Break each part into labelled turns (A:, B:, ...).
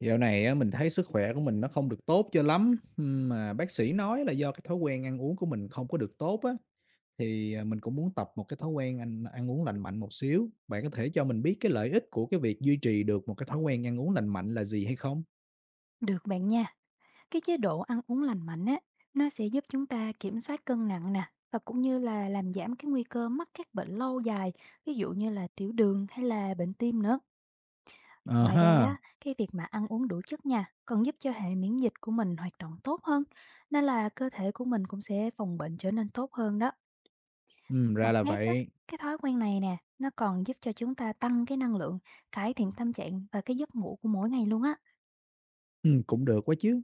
A: Dạo này á, mình thấy sức khỏe của mình nó không được tốt cho lắm, mà bác sĩ nói là do cái thói quen ăn uống của mình không có được tốt á, mình cũng muốn tập một cái thói quen ăn ăn uống lành mạnh một xíu. Bạn có thể cho mình biết cái lợi ích của cái việc duy trì được một cái thói quen ăn uống lành mạnh là gì hay không?
B: Được bạn nha, cái chế độ ăn uống lành mạnh á, nó sẽ giúp chúng ta kiểm soát cân nặng nè và cũng như là làm giảm cái nguy cơ mắc các bệnh lâu dài, ví dụ như là tiểu đường hay là bệnh tim nữa.
A: Ờ
B: Ngoài ra,
A: ha,
B: á, cái việc mà ăn uống đủ chất nha, còn giúp cho hệ miễn dịch của mình hoạt động tốt hơn, nên là cơ thể của mình cũng sẽ phòng bệnh trở nên tốt hơn đó. Mặt
A: ra là
B: khác á,
A: vậy,
B: cái thói quen này nè, nó còn giúp cho chúng ta tăng cái năng lượng, cải thiện tâm trạng và cái giấc ngủ của mỗi ngày luôn á.
A: cũng được quá chứ.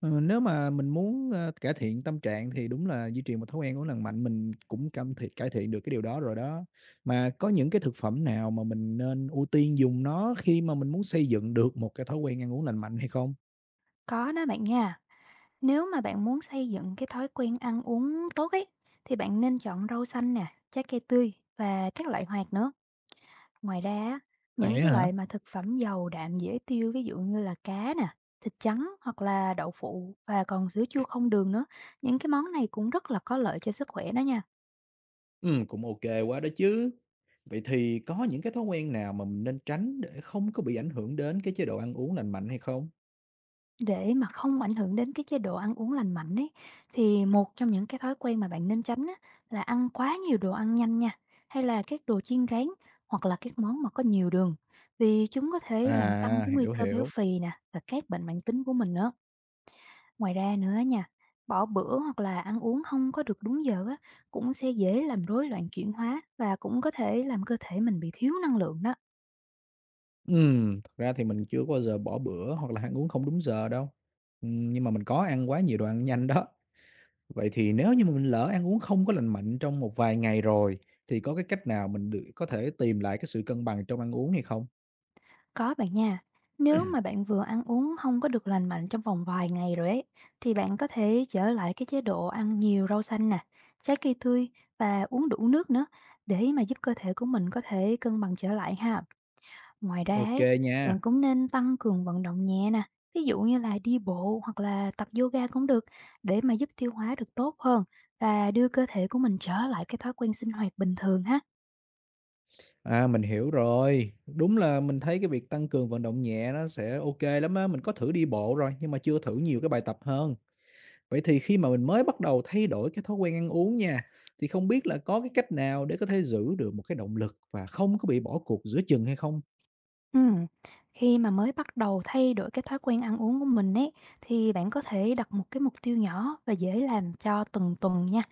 A: Ờ, nếu mà mình muốn cải thiện tâm trạng thì đúng là duy trì một thói quen uống lành mạnh, mình cũng cam thiện cải thiện được cái điều đó rồi đó. Mà có những cái thực phẩm nào mà mình nên ưu tiên dùng nó khi mà mình muốn xây dựng được một cái thói quen ăn uống lành mạnh hay không?
B: Có đó bạn nha. Nếu mà bạn muốn xây dựng cái thói quen ăn uống tốt ấy, thì bạn nên chọn rau xanh nè, trái cây tươi và các loại hạt nữa. Ngoài ra, á, những
A: Vậy
B: cái
A: á hả?
B: loại mà thực phẩm giàu đạm dễ tiêu, ví dụ như là cá nè, thịt trắng hoặc là đậu phụ và còn sữa chua không đường nữa. Những cái món này cũng rất là có lợi cho sức khỏe đó nha.
A: Cũng ok quá đó chứ. Vậy thì có những cái thói quen nào mà mình nên tránh để không có bị ảnh hưởng đến cái chế độ ăn uống lành mạnh hay không?
B: Để mà không ảnh hưởng đến cái chế độ ăn uống lành mạnh ấy, thì một trong những cái thói quen mà bạn nên tránh á, là ăn quá nhiều đồ ăn nhanh nha, hay là các đồ chiên rán, hoặc là các món mà có nhiều đường, vì chúng có thể làm tăng
A: À.
B: cái nguy
A: Hiểu,
B: cơ béo
A: hiểu.
B: phì nè và các bệnh mãn tính của mình nữa. Ngoài ra nữa nha, bỏ bữa hoặc là ăn uống không có được đúng giờ á, cũng sẽ dễ làm rối loạn chuyển hóa và cũng có thể làm cơ thể mình bị thiếu năng lượng đó.
A: Thật ra thì mình chưa có bao giờ bỏ bữa hoặc là ăn uống không đúng giờ đâu, nhưng mà mình có ăn quá nhiều đồ ăn nhanh đó. Vậy thì nếu như mà mình lỡ ăn uống không có lành mạnh trong một vài ngày rồi, thì có cái cách nào mình được có thể tìm lại cái sự cân bằng trong ăn uống hay không?
B: Có bạn nha. Nếu mà bạn vừa ăn uống không có được lành mạnh trong vòng vài ngày rồi ấy, thì bạn có thể trở lại cái chế độ ăn nhiều rau xanh nè, trái cây tươi và uống đủ nước nữa, để mà giúp cơ thể của mình có thể cân bằng trở lại ha. Ngoài ra ấy,
A: OK nha,
B: bạn cũng nên tăng cường vận động nhẹ nè, ví dụ như là đi bộ hoặc là tập yoga cũng được, để mà giúp tiêu hóa được tốt hơn và đưa cơ thể của mình trở lại cái thói quen sinh hoạt bình thường ha.
A: à, mình hiểu rồi. Đúng là mình thấy cái việc tăng cường vận động nhẹ nó sẽ OK lắm á, mình có thử đi bộ rồi, nhưng mà chưa thử nhiều cái bài tập hơn. Vậy thì khi mà mình mới bắt đầu thay đổi cái thói quen ăn uống nha, thì không biết là có cái cách nào để có thể giữ được một cái động lực và không có bị bỏ cuộc giữa chừng hay không?
B: Ừm, Khi mà mới bắt đầu thay đổi cái thói quen ăn uống của mình ấy, thì bạn có thể đặt một cái mục tiêu nhỏ và dễ làm cho từng tuần nha.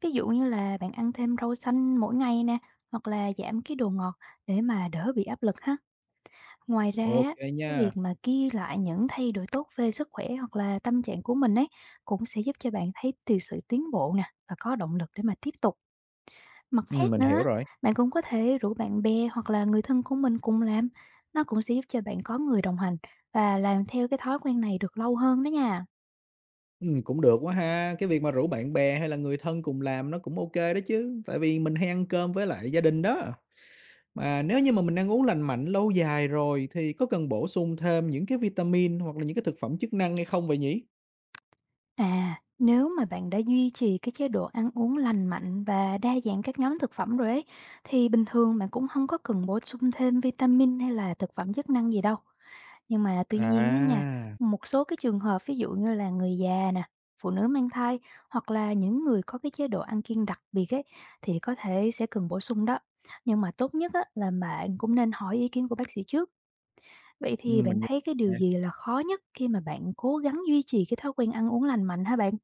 B: Ví dụ như là bạn ăn thêm rau xanh mỗi ngày nè, hoặc là giảm cái đồ ngọt để mà đỡ bị áp lực ha. Ngoài ra á,
A: Ok
B: cái việc
A: nha.
B: mà ghi lại những thay đổi tốt về sức khỏe hoặc là tâm trạng của mình ấy, cũng sẽ giúp cho bạn thấy từ sự tiến bộ nè và có động lực để mà tiếp tục. Mặt khác
A: Mình hiểu
B: nữa,
A: rồi.
B: bạn cũng có thể rủ bạn bè hoặc là người thân của mình cùng làm. Nó cũng sẽ giúp cho bạn có người đồng hành và làm theo cái thói quen này được lâu hơn đó nha.
A: Cũng được quá ha. Cái việc mà rủ bạn bè hay là người thân cùng làm nó cũng ok kê đó chứ, tại vì mình hay ăn cơm với lại gia đình đó. Mà nếu như mà mình ăn uống lành mạnh lâu dài rồi thì có cần bổ sung thêm những cái vitamin hoặc là những cái thực phẩm chức năng hay không vậy nhỉ?
B: À, nếu mà bạn đã duy trì cái chế độ ăn uống lành mạnh và đa dạng các nhóm thực phẩm rồi ấy, thì bình thường bạn cũng không có cần bổ sung thêm vitamin hay là thực phẩm chức năng gì đâu. Nhưng mà tuy nhiên á nha,
A: À,
B: một số cái trường hợp ví dụ như là người già nè, phụ nữ mang thai hoặc là những người có cái chế độ ăn kiêng đặc biệt ấy, thì có thể sẽ cần bổ sung đó. Nhưng mà tốt nhất á, là bạn cũng nên hỏi ý kiến của bác sĩ trước. Vậy thì bạn
A: mình nh
B: thấy cái điều gì là khó nhất khi mà bạn cố gắng duy trì cái thói quen ăn uống lành mạnh hả bạn?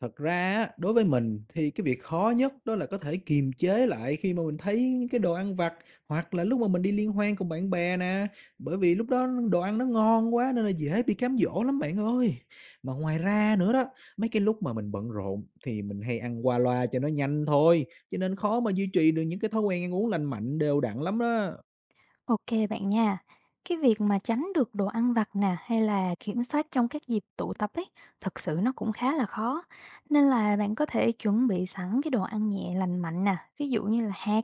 A: thật ra á, đối với mình thì cái việc khó nhất đó là có thể kiềm chế lại khi mà mình thấy những cái đồ ăn vặt hoặc là lúc mà mình đi liên hoan cùng bạn bè nè, bởi vì lúc đó đồ ăn nó ngon quá nên là dễ bị cám dỗ lắm bạn ơi. Mà ngoài ra nữa đó, mấy cái lúc mà mình bận rộn thì mình hay ăn qua loa cho nó nhanh thôi, cho nên khó mà duy trì được những cái thói quen ăn uống lành mạnh đều đặn lắm đó.
B: Ok bạn nha. Cái việc mà tránh được đồ ăn vặt nè hay là kiểm soát trong các dịp tụ tập ấy, thật sự nó cũng khá là khó. Nên là bạn có thể chuẩn bị sẵn cái đồ ăn nhẹ lành mạnh nè, ví dụ như là hạt,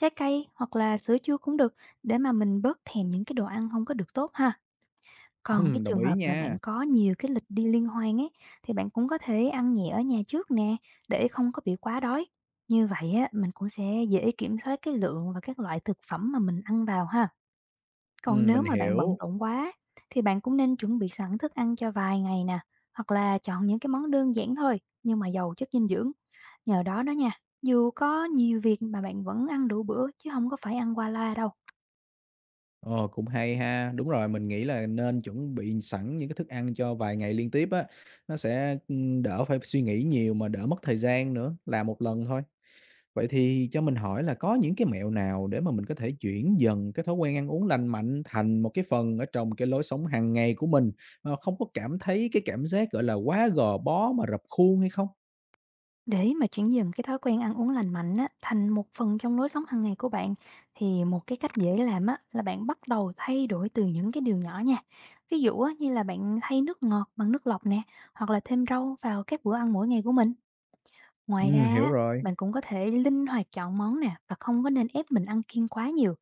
B: trái cây hoặc là sữa chua cũng được, để mà mình bớt thèm những cái đồ ăn không có được tốt ha. Còn cái
A: Đồng
B: trường
A: ý
B: hợp mà bạn
A: nha.
B: có nhiều cái lịch đi liên hoan ấy, thì bạn cũng có thể ăn nhẹ ở nhà trước nè, để không có bị quá đói. Như vậy á, mình cũng sẽ dễ kiểm soát cái lượng và các loại thực phẩm mà mình ăn vào ha. Còn nếu
A: Mình
B: mà bạn bận
A: hiểu.
B: rộn quá, thì bạn cũng nên chuẩn bị sẵn thức ăn cho vài ngày nè, hoặc là chọn những cái món đơn giản thôi nhưng mà giàu chất dinh dưỡng. Nhờ đó đó nha, dù có nhiều việc mà bạn vẫn ăn đủ bữa chứ không có phải ăn qua loa đâu.
A: Ồ, cũng hay ha. Đúng rồi, mình nghĩ là nên chuẩn bị sẵn những cái thức ăn cho vài ngày liên tiếp á, nó sẽ đỡ phải suy nghĩ nhiều mà đỡ mất thời gian nữa, làm một lần thôi. Vậy thì cho mình hỏi là có những cái mẹo nào để mà mình có thể chuyển dần cái thói quen ăn uống lành mạnh thành một cái phần ở trong cái lối sống hàng ngày của mình, mà không có cảm thấy cái cảm giác, gọi là, quá gò bó mà rập khuôn hay không?
B: Để mà chuyển dần cái thói quen ăn uống lành mạnh á, thành một phần trong lối sống hàng ngày của bạn, thì một cái cách dễ làm á, là bạn bắt đầu thay đổi từ những cái điều nhỏ nha. Ví dụ á, như là bạn thay nước ngọt bằng nước lọc nè, hoặc là thêm rau vào các bữa ăn mỗi ngày của mình. Ngoài ra
A: Hiểu
B: á,
A: rồi.
B: bạn cũng có thể linh hoạt chọn món nè và không có nên ép mình ăn kiêng quá nhiều.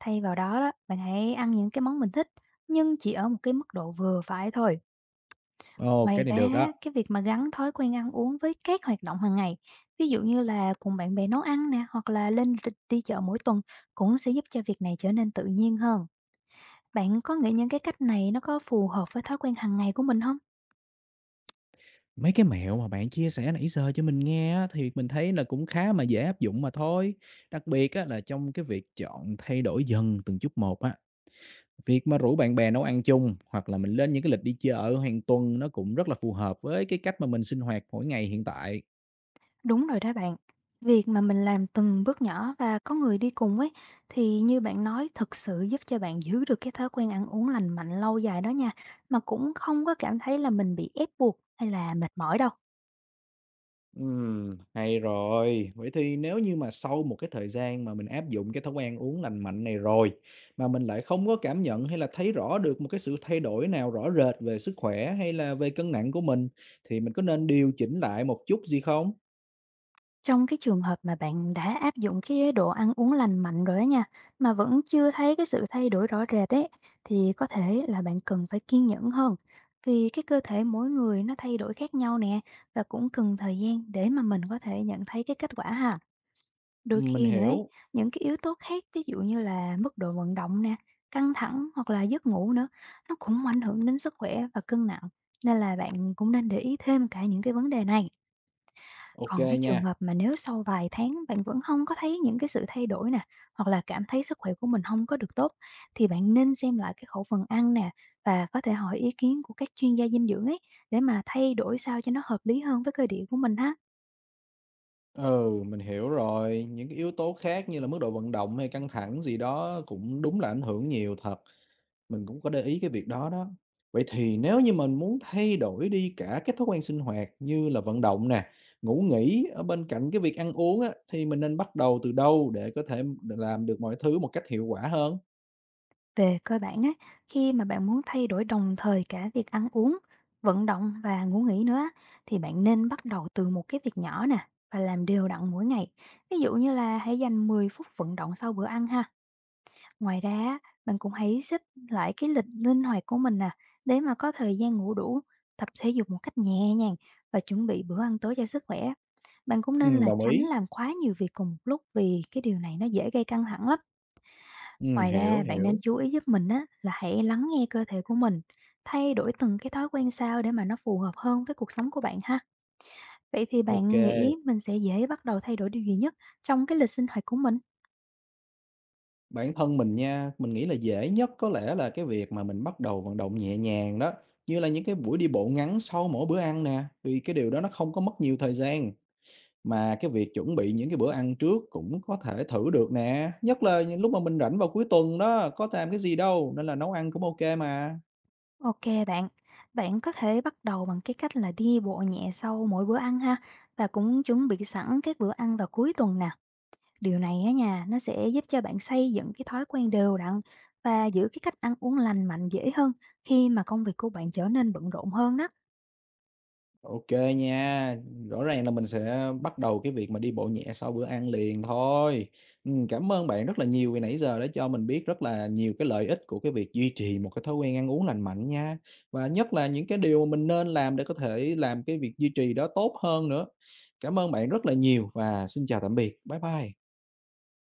B: Thay vào đó đó, bạn hãy ăn những cái món mình thích, nhưng chỉ ở một cái mức độ vừa phải thôi.
A: Ồ,
B: Ngoài
A: cái này
B: ra,
A: được đó.
B: á, cái việc mà gắn thói quen ăn uống với các hoạt động hàng ngày, ví dụ như là cùng bạn bè nấu ăn nè hoặc là lên đi đi chợ mỗi tuần, cũng sẽ giúp cho việc này trở nên tự nhiên hơn. Bạn có nghĩ những cái cách này nó có phù hợp với thói quen hàng ngày của mình không?
A: Mấy cái mẹo mà bạn chia sẻ nãy giờ cho mình nghe á, thì mình thấy là cũng khá mà dễ áp dụng mà thôi. Đặc biệt á, là trong cái việc chọn thay đổi dần từng chút một á. Việc mà rủ bạn bè nấu ăn chung hoặc là mình lên những cái lịch đi chợ hàng tuần nó cũng rất là phù hợp với cái cách mà mình sinh hoạt mỗi ngày hiện tại.
B: Đúng rồi đó bạn. Việc mà mình làm từng bước nhỏ và có người đi cùng ấy, thì như bạn nói, thực sự giúp cho bạn giữ được cái thói quen ăn uống lành mạnh lâu dài đó nha, mà cũng không có cảm thấy là mình bị ép buộc hay là mệt mỏi đâu.
A: Hay rồi. Vậy thì nếu như mà sau một cái thời gian mà mình áp dụng cái thói quen uống lành mạnh này rồi, mà mình lại không có cảm nhận hay là thấy rõ được một cái sự thay đổi nào rõ rệt về sức khỏe hay là về cân nặng của mình, thì mình có nên điều chỉnh lại một chút gì không?
B: Trong cái trường hợp mà bạn đã áp dụng cái chế độ ăn uống lành mạnh rồi á nha, mà vẫn chưa thấy cái sự thay đổi rõ rệt ấy, thì có thể là bạn cần phải kiên nhẫn hơn. Vì cái cơ thể mỗi người nó thay đổi khác nhau nè, và cũng cần thời gian để mà mình có thể nhận thấy cái kết quả ha. Đôi
A: Mình
B: khi nữa ấy,
A: hiểu.
B: những cái yếu tố khác ví dụ như là mức độ vận động nè, căng thẳng hoặc là giấc ngủ nữa, nó cũng ảnh hưởng đến sức khỏe và cân nặng. Nên là bạn cũng nên để ý thêm cả những cái vấn đề này.
A: OK
B: Còn cái trường
A: nha.
B: hợp mà nếu sau vài tháng bạn vẫn không có thấy những cái sự thay đổi nè, hoặc là cảm thấy sức khỏe của mình không có được tốt, thì bạn nên xem lại cái khẩu phần ăn nè, và có thể hỏi ý kiến của các chuyên gia dinh dưỡng ấy, để mà thay đổi sao cho nó hợp lý hơn với cơ địa của mình ha.
A: Ừ, mình hiểu rồi. Những cái yếu tố khác như là mức độ vận động hay căng thẳng gì đó cũng đúng là ảnh hưởng nhiều thật. Mình cũng có để ý cái việc đó đó. Vậy thì nếu như mình muốn thay đổi đi cả cái thói quen sinh hoạt như là vận động nè, ngủ nghỉ ở bên cạnh cái việc ăn uống á, thì mình nên bắt đầu từ đâu để có thể làm được mọi thứ một cách hiệu quả hơn?
B: Về cơ bản á, khi mà bạn muốn thay đổi đồng thời cả việc ăn uống, vận động và ngủ nghỉ nữa á, thì bạn nên bắt đầu từ một cái việc nhỏ nè, và làm đều đặn mỗi ngày. Ví dụ như là hãy dành 10 phút vận động sau bữa ăn ha. Ngoài ra á, bạn cũng hãy xếp lại cái lịch linh hoạt của mình nè, để mà có thời gian ngủ đủ, tập thể dục một cách nhẹ nhàng và chuẩn bị bữa ăn tối cho sức khỏe. Bạn cũng nên là
A: Đồng
B: tránh
A: ý.
B: làm quá nhiều việc cùng một lúc, vì cái điều này nó dễ gây căng thẳng lắm. Ngoài
A: Hiểu,
B: ra, bạn nên
A: hiểu.
B: chú ý giúp mình á, là hãy lắng nghe cơ thể của mình, thay đổi từng cái thói quen sao để mà nó phù hợp hơn với cuộc sống của bạn ha. Vậy thì
A: Ok,
B: bạn nghĩ mình sẽ dễ bắt đầu thay đổi điều gì nhất trong cái lịch sinh hoạt của mình?
A: bản thân mình nha, mình nghĩ là dễ nhất có lẽ là cái việc mà mình bắt đầu vận động nhẹ nhàng đó, như là những cái buổi đi bộ ngắn sau mỗi bữa ăn nè, vì cái điều đó nó không có mất nhiều thời gian. Mà cái việc chuẩn bị những cái bữa ăn trước cũng có thể thử được nè, nhất là những lúc mà mình rảnh vào cuối tuần đó, có làm cái gì đâu, nên là nấu ăn cũng ok mà.
B: Ok bạn, bạn có thể bắt đầu bằng cái cách là đi bộ nhẹ sau mỗi bữa ăn ha, và cũng chuẩn bị sẵn các bữa ăn vào cuối tuần nè. Điều này á nha, nó sẽ giúp cho bạn xây dựng cái thói quen đều đặn và giữ cái cách ăn uống lành mạnh dễ hơn khi mà công việc của bạn trở nên bận rộn hơn đó.
A: Ok nha, rõ ràng là mình sẽ bắt đầu cái việc mà đi bộ nhẹ sau bữa ăn liền thôi. Cảm ơn bạn rất là nhiều vì nãy giờ đã cho mình biết rất là nhiều cái lợi ích của cái việc duy trì một cái thói quen ăn uống lành mạnh nha, và nhất là những cái điều mà mình nên làm để có thể làm cái việc duy trì đó tốt hơn nữa. Cảm ơn bạn rất là nhiều và xin chào tạm biệt. Bye bye.